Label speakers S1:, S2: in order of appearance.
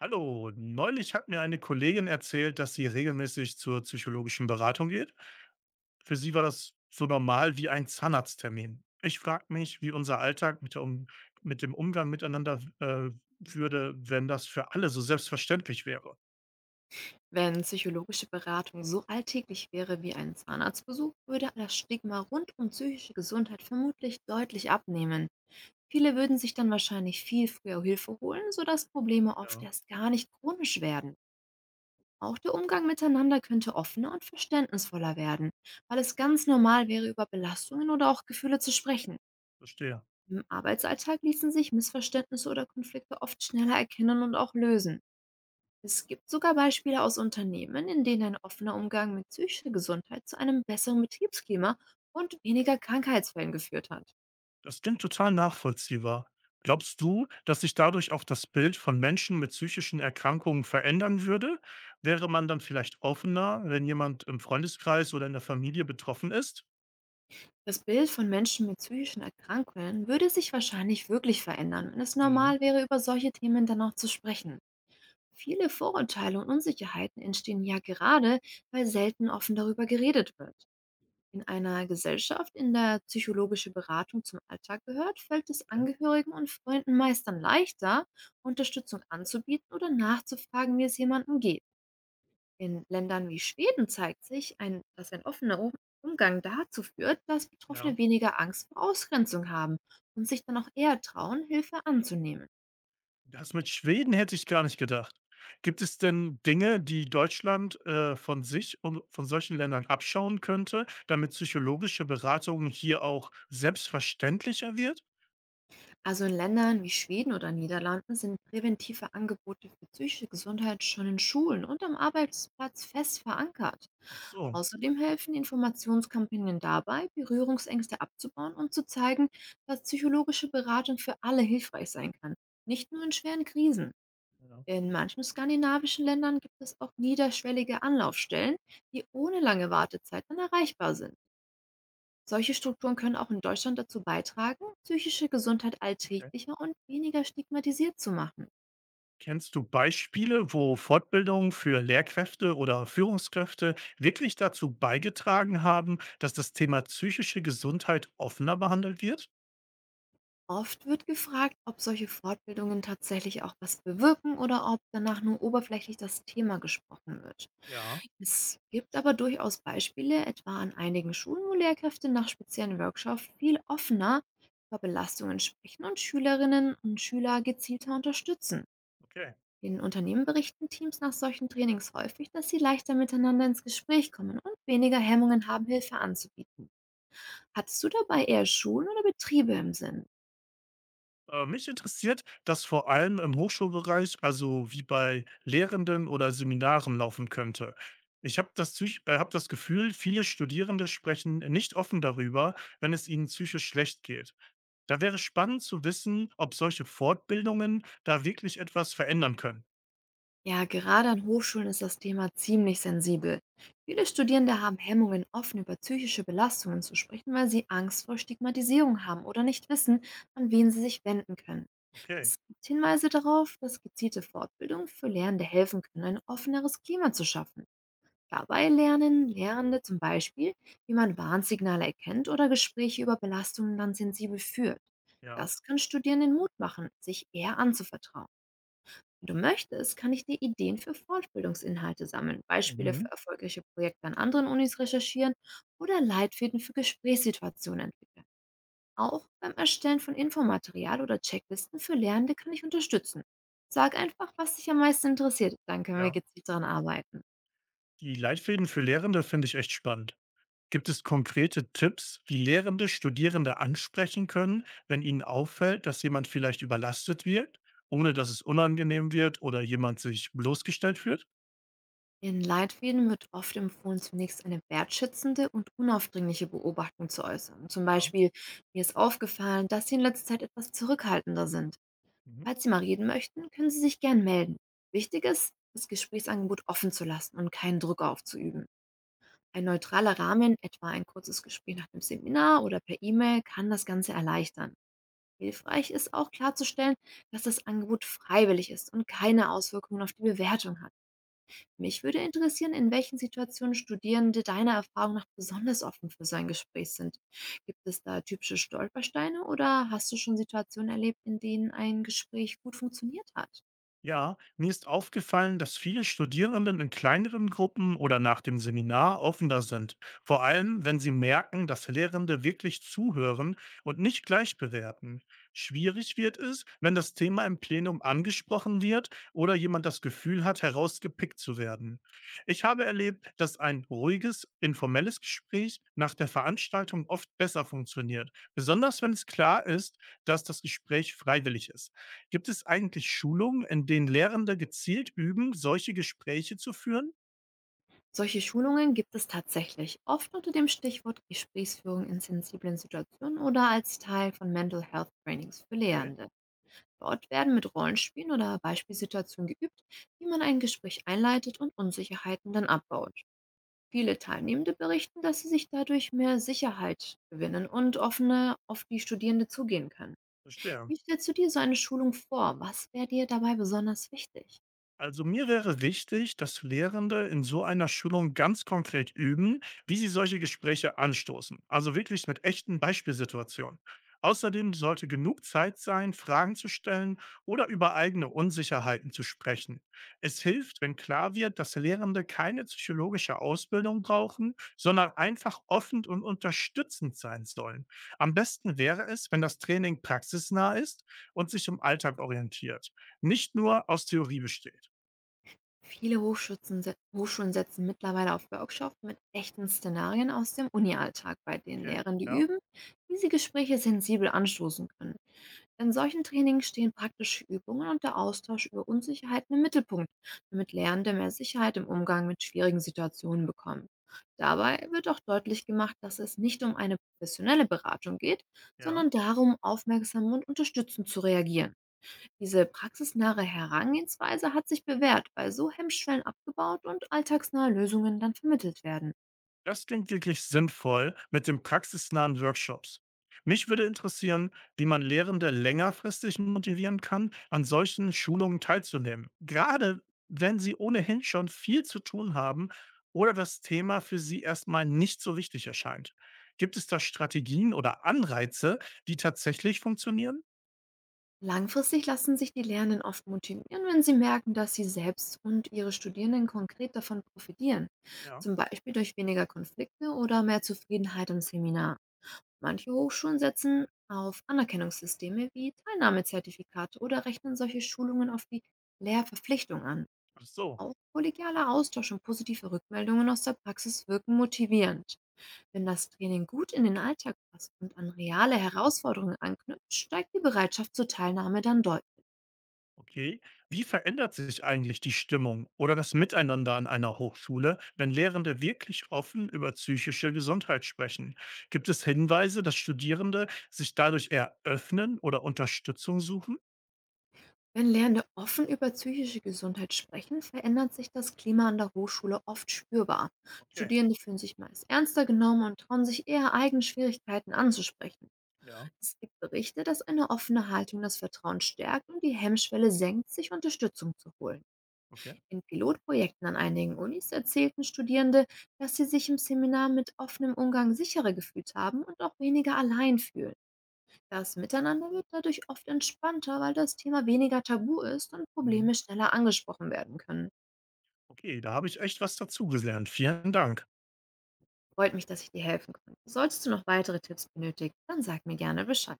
S1: Hallo, neulich hat mir eine Kollegin erzählt, dass sie regelmäßig zur psychologischen Beratung geht. Für sie war das so normal wie ein Zahnarzttermin. Ich frage mich, wie unser Alltag mit, der um mit dem Umgang miteinander würde, wenn das für alle so selbstverständlich wäre.
S2: Wenn psychologische Beratung so alltäglich wäre wie ein Zahnarztbesuch, würde das Stigma rund um psychische Gesundheit vermutlich deutlich abnehmen. Viele würden sich dann wahrscheinlich viel früher Hilfe holen, sodass Probleme oft
S1: Ja,
S2: erst gar nicht chronisch werden. Auch der Umgang miteinander könnte offener und verständnisvoller werden, weil es ganz normal wäre, über Belastungen oder auch Gefühle zu sprechen.
S1: verstehe.
S2: Im Arbeitsalltag ließen sich Missverständnisse oder Konflikte oft schneller erkennen und auch lösen. Es gibt sogar Beispiele aus Unternehmen, in denen ein offener Umgang mit psychischer Gesundheit zu einem besseren Betriebsklima und weniger Krankheitsfällen geführt hat.
S1: Das klingt total nachvollziehbar. Glaubst du, dass sich dadurch auch das Bild von Menschen mit psychischen Erkrankungen verändern würde? Wäre man dann vielleicht offener, wenn jemand im Freundeskreis oder in der Familie betroffen ist?
S2: Das Bild von Menschen mit psychischen Erkrankungen würde sich wahrscheinlich wirklich verändern, wenn es
S1: Mhm.
S2: normal wäre, über solche Themen dann auch zu sprechen. Viele Vorurteile und Unsicherheiten entstehen ja gerade, weil selten offen darüber geredet wird. In einer Gesellschaft, in der psychologische Beratung zum Alltag gehört, fällt es Angehörigen und Freunden meist dann leichter, Unterstützung anzubieten oder nachzufragen, wie es jemandem geht. In Ländern wie Schweden zeigt sich, dass ein offener Umgang dazu führt, dass
S1: Ja.
S2: Betroffene weniger Angst vor Ausgrenzung haben und sich dann auch eher trauen, Hilfe anzunehmen.
S1: Das mit Schweden hätte ich gar nicht gedacht. Gibt es denn Dinge, die Deutschland, von sich und von solchen Ländern abschauen könnte, damit psychologische Beratung hier auch selbstverständlicher wird?
S2: Also in Ländern wie Schweden oder Niederlanden sind präventive Angebote für psychische Gesundheit schon in Schulen und am Arbeitsplatz fest verankert.
S1: Ach so,
S2: Außerdem helfen Informationskampagnen dabei, Berührungsängste abzubauen und zu zeigen, dass psychologische Beratung für alle hilfreich sein kann, nicht nur in schweren Krisen.
S1: ja,
S2: In manchen skandinavischen Ländern gibt es auch niederschwellige Anlaufstellen, die ohne lange Wartezeiten erreichbar sind. Solche Strukturen können auch in Deutschland dazu beitragen, psychische Gesundheit
S1: okay.
S2: alltäglicher und weniger stigmatisiert zu machen.
S1: Kennst du Beispiele, wo Fortbildungen für Lehrkräfte oder Führungskräfte wirklich dazu beigetragen haben, dass das Thema psychische Gesundheit offener behandelt wird?
S2: Oft wird gefragt, ob solche Fortbildungen tatsächlich auch was bewirken oder ob danach nur oberflächlich das Thema gesprochen wird.
S1: Ja,
S2: Es gibt aber durchaus Beispiele, etwa an einigen Schulen, wo Lehrkräfte nach speziellen Workshops viel offener über Belastungen sprechen und Schülerinnen und Schüler gezielter unterstützen.
S1: okay.
S2: In Unternehmen berichten Teams nach solchen Trainings häufig, dass sie leichter miteinander ins Gespräch kommen und weniger Hemmungen haben, Hilfe anzubieten. Hattest du dabei eher Schulen oder Betriebe im Sinn?
S1: Mich interessiert, dass vor allem im Hochschulbereich, also wie bei Lehrenden oder Seminaren laufen könnte. Ich habe das, psych- hab das Gefühl, viele Studierende sprechen nicht offen darüber, wenn es ihnen psychisch schlecht geht. Da wäre spannend zu wissen, ob solche Fortbildungen da wirklich etwas verändern können.
S2: Ja, gerade an Hochschulen ist das Thema ziemlich sensibel. Viele Studierende haben Hemmungen, offen über psychische Belastungen zu sprechen, weil sie Angst vor Stigmatisierung haben oder nicht wissen, an wen sie sich wenden können.
S1: Okay,
S2: Es gibt Hinweise darauf, dass gezielte Fortbildungen für Lernende helfen können, ein offeneres Klima zu schaffen. Dabei lernen Lehrende zum Beispiel, wie man Warnsignale erkennt oder Gespräche über Belastungen dann sensibel führt.
S1: ja.
S2: Das kann Studierenden Mut machen, sich eher anzuvertrauen. Wenn du möchtest, kann ich dir Ideen für Fortbildungsinhalte sammeln, Beispiele
S1: Mhm.
S2: für erfolgreiche Projekte an anderen Unis recherchieren oder Leitfäden für Gesprächssituationen entwickeln. Auch beim Erstellen von Infomaterial oder Checklisten für Lernende kann ich unterstützen. Sag einfach, was dich am meisten interessiert, dann können wir
S1: Ja.
S2: gezielt daran arbeiten.
S1: Die Leitfäden für Lehrende finde ich echt spannend. Gibt es konkrete Tipps, wie Lehrende Studierende ansprechen können, wenn ihnen auffällt, dass jemand vielleicht überlastet wird, ohne dass es unangenehm wird oder jemand sich bloßgestellt fühlt?
S2: In Leitfäden wird oft empfohlen, zunächst eine wertschätzende und unaufdringliche Beobachtung zu äußern. Zum
S1: Ja.
S2: Beispiel, mir ist aufgefallen, dass Sie in letzter Zeit etwas zurückhaltender sind.
S1: Mhm.
S2: Falls Sie mal reden möchten, können Sie sich gern melden. Wichtig ist, das Gesprächsangebot offen zu lassen und keinen Druck aufzuüben. Ein neutraler Rahmen, etwa ein kurzes Gespräch nach dem Seminar oder per E-Mail, kann das Ganze erleichtern. Hilfreich ist auch klarzustellen, dass das Angebot freiwillig ist und keine Auswirkungen auf die Bewertung hat. Mich würde interessieren, in welchen Situationen Studierende deiner Erfahrung nach besonders offen für so ein Gespräch sind. Gibt es da typische Stolpersteine oder hast du schon Situationen erlebt, in denen ein Gespräch gut funktioniert hat?
S1: Ja, mir ist aufgefallen, dass viele Studierenden in kleineren Gruppen oder nach dem Seminar offener sind. Vor allem, wenn sie merken, dass Lehrende wirklich zuhören und nicht gleich bewerten. Schwierig wird es, wenn das Thema im Plenum angesprochen wird oder jemand das Gefühl hat, herausgepickt zu werden. Ich habe erlebt, dass ein ruhiges, informelles Gespräch nach der Veranstaltung oft besser funktioniert, besonders wenn es klar ist, dass das Gespräch freiwillig ist. Gibt es eigentlich Schulungen, in denen Lehrende gezielt üben, solche Gespräche zu führen?
S2: Solche Schulungen gibt es tatsächlich, oft unter dem Stichwort Gesprächsführung in sensiblen Situationen oder als Teil von Mental Health Trainings für
S1: Okay,
S2: Lehrende. Dort werden mit Rollenspielen oder Beispielsituationen geübt, wie man ein Gespräch einleitet und Unsicherheiten dann abbaut. Viele Teilnehmende berichten, dass sie sich dadurch mehr Sicherheit gewinnen und offener auf die Studierende zugehen können.
S1: verstehe.
S2: Wie stellst du dir so eine Schulung vor? Was wäre dir dabei besonders wichtig?
S1: Also mir wäre wichtig, dass Lehrende in so einer Schulung ganz konkret üben, wie sie solche Gespräche anstoßen. Also wirklich mit echten Beispielsituationen. Außerdem sollte genug Zeit sein, Fragen zu stellen oder über eigene Unsicherheiten zu sprechen. Es hilft, wenn klar wird, dass Lehrende keine psychologische Ausbildung brauchen, sondern einfach offen und unterstützend sein sollen. Am besten wäre es, wenn das Training praxisnah ist und sich im Alltag orientiert, nicht nur aus Theorie besteht.
S2: Hochschulen setzen mittlerweile auf Workshops mit echten Szenarien aus dem Uni-Alltag, bei denen
S1: Okay,
S2: Lehrende
S1: ja,
S2: üben, wie sie Gespräche sensibel anstoßen können. In solchen Trainings stehen praktische Übungen und der Austausch über Unsicherheiten im Mittelpunkt, damit Lernende mehr Sicherheit im Umgang mit schwierigen Situationen bekommen. Dabei wird auch deutlich gemacht, dass es nicht um eine professionelle Beratung geht,
S1: ja.
S2: sondern darum, aufmerksam und unterstützend zu reagieren. Diese praxisnahe Herangehensweise hat sich bewährt, weil so Hemmschwellen abgebaut und alltagsnahe Lösungen dann vermittelt werden.
S1: Das klingt wirklich sinnvoll mit den praxisnahen Workshops. Mich würde interessieren, wie man Lehrende längerfristig motivieren kann, an solchen Schulungen teilzunehmen. Gerade wenn sie ohnehin schon viel zu tun haben oder das Thema für sie erstmal nicht so wichtig erscheint. Gibt es da Strategien oder Anreize, die tatsächlich funktionieren?
S2: Langfristig lassen sich die Lernenden oft motivieren, wenn sie merken, dass sie selbst und ihre Studierenden konkret davon profitieren.
S1: Ja,
S2: Zum Beispiel durch weniger Konflikte oder mehr Zufriedenheit im Seminar. Manche Hochschulen setzen auf Anerkennungssysteme wie Teilnahmezertifikate oder rechnen solche Schulungen auf die Lehrverpflichtung an.
S1: ach so.
S2: Auch kollegialer Austausch und positive Rückmeldungen aus der Praxis wirken motivierend. Wenn das Training gut in den Alltag passt und an reale Herausforderungen anknüpft, steigt die Bereitschaft zur Teilnahme dann deutlich.
S1: Okay. Wie verändert sich eigentlich die Stimmung oder das Miteinander an einer Hochschule, wenn Lehrende wirklich offen über psychische Gesundheit sprechen? Gibt es Hinweise, dass Studierende sich dadurch eher öffnen oder Unterstützung suchen?
S2: Wenn Lernende offen über psychische Gesundheit sprechen, verändert sich das Klima an der Hochschule oft spürbar.
S1: Okay,
S2: Studierende fühlen sich meist ernster genommen und trauen sich eher, eigene Schwierigkeiten anzusprechen.
S1: ja,
S2: Es gibt Berichte, dass eine offene Haltung das Vertrauen stärkt und die Hemmschwelle senkt, sich Unterstützung zu holen.
S1: okay.
S2: In Pilotprojekten an einigen Unis erzählten Studierende, dass sie sich im Seminar mit offenem Umgang sicherer gefühlt haben und auch weniger allein fühlen. Das Miteinander wird dadurch oft entspannter, weil das Thema weniger tabu ist und
S1: Mhm.
S2: Probleme schneller angesprochen werden können.
S1: Okay, da habe ich echt was dazugelernt. Vielen Dank.
S2: Freut mich, dass ich dir helfen konnte. Solltest du noch weitere Tipps benötigen, dann sag mir gerne Bescheid.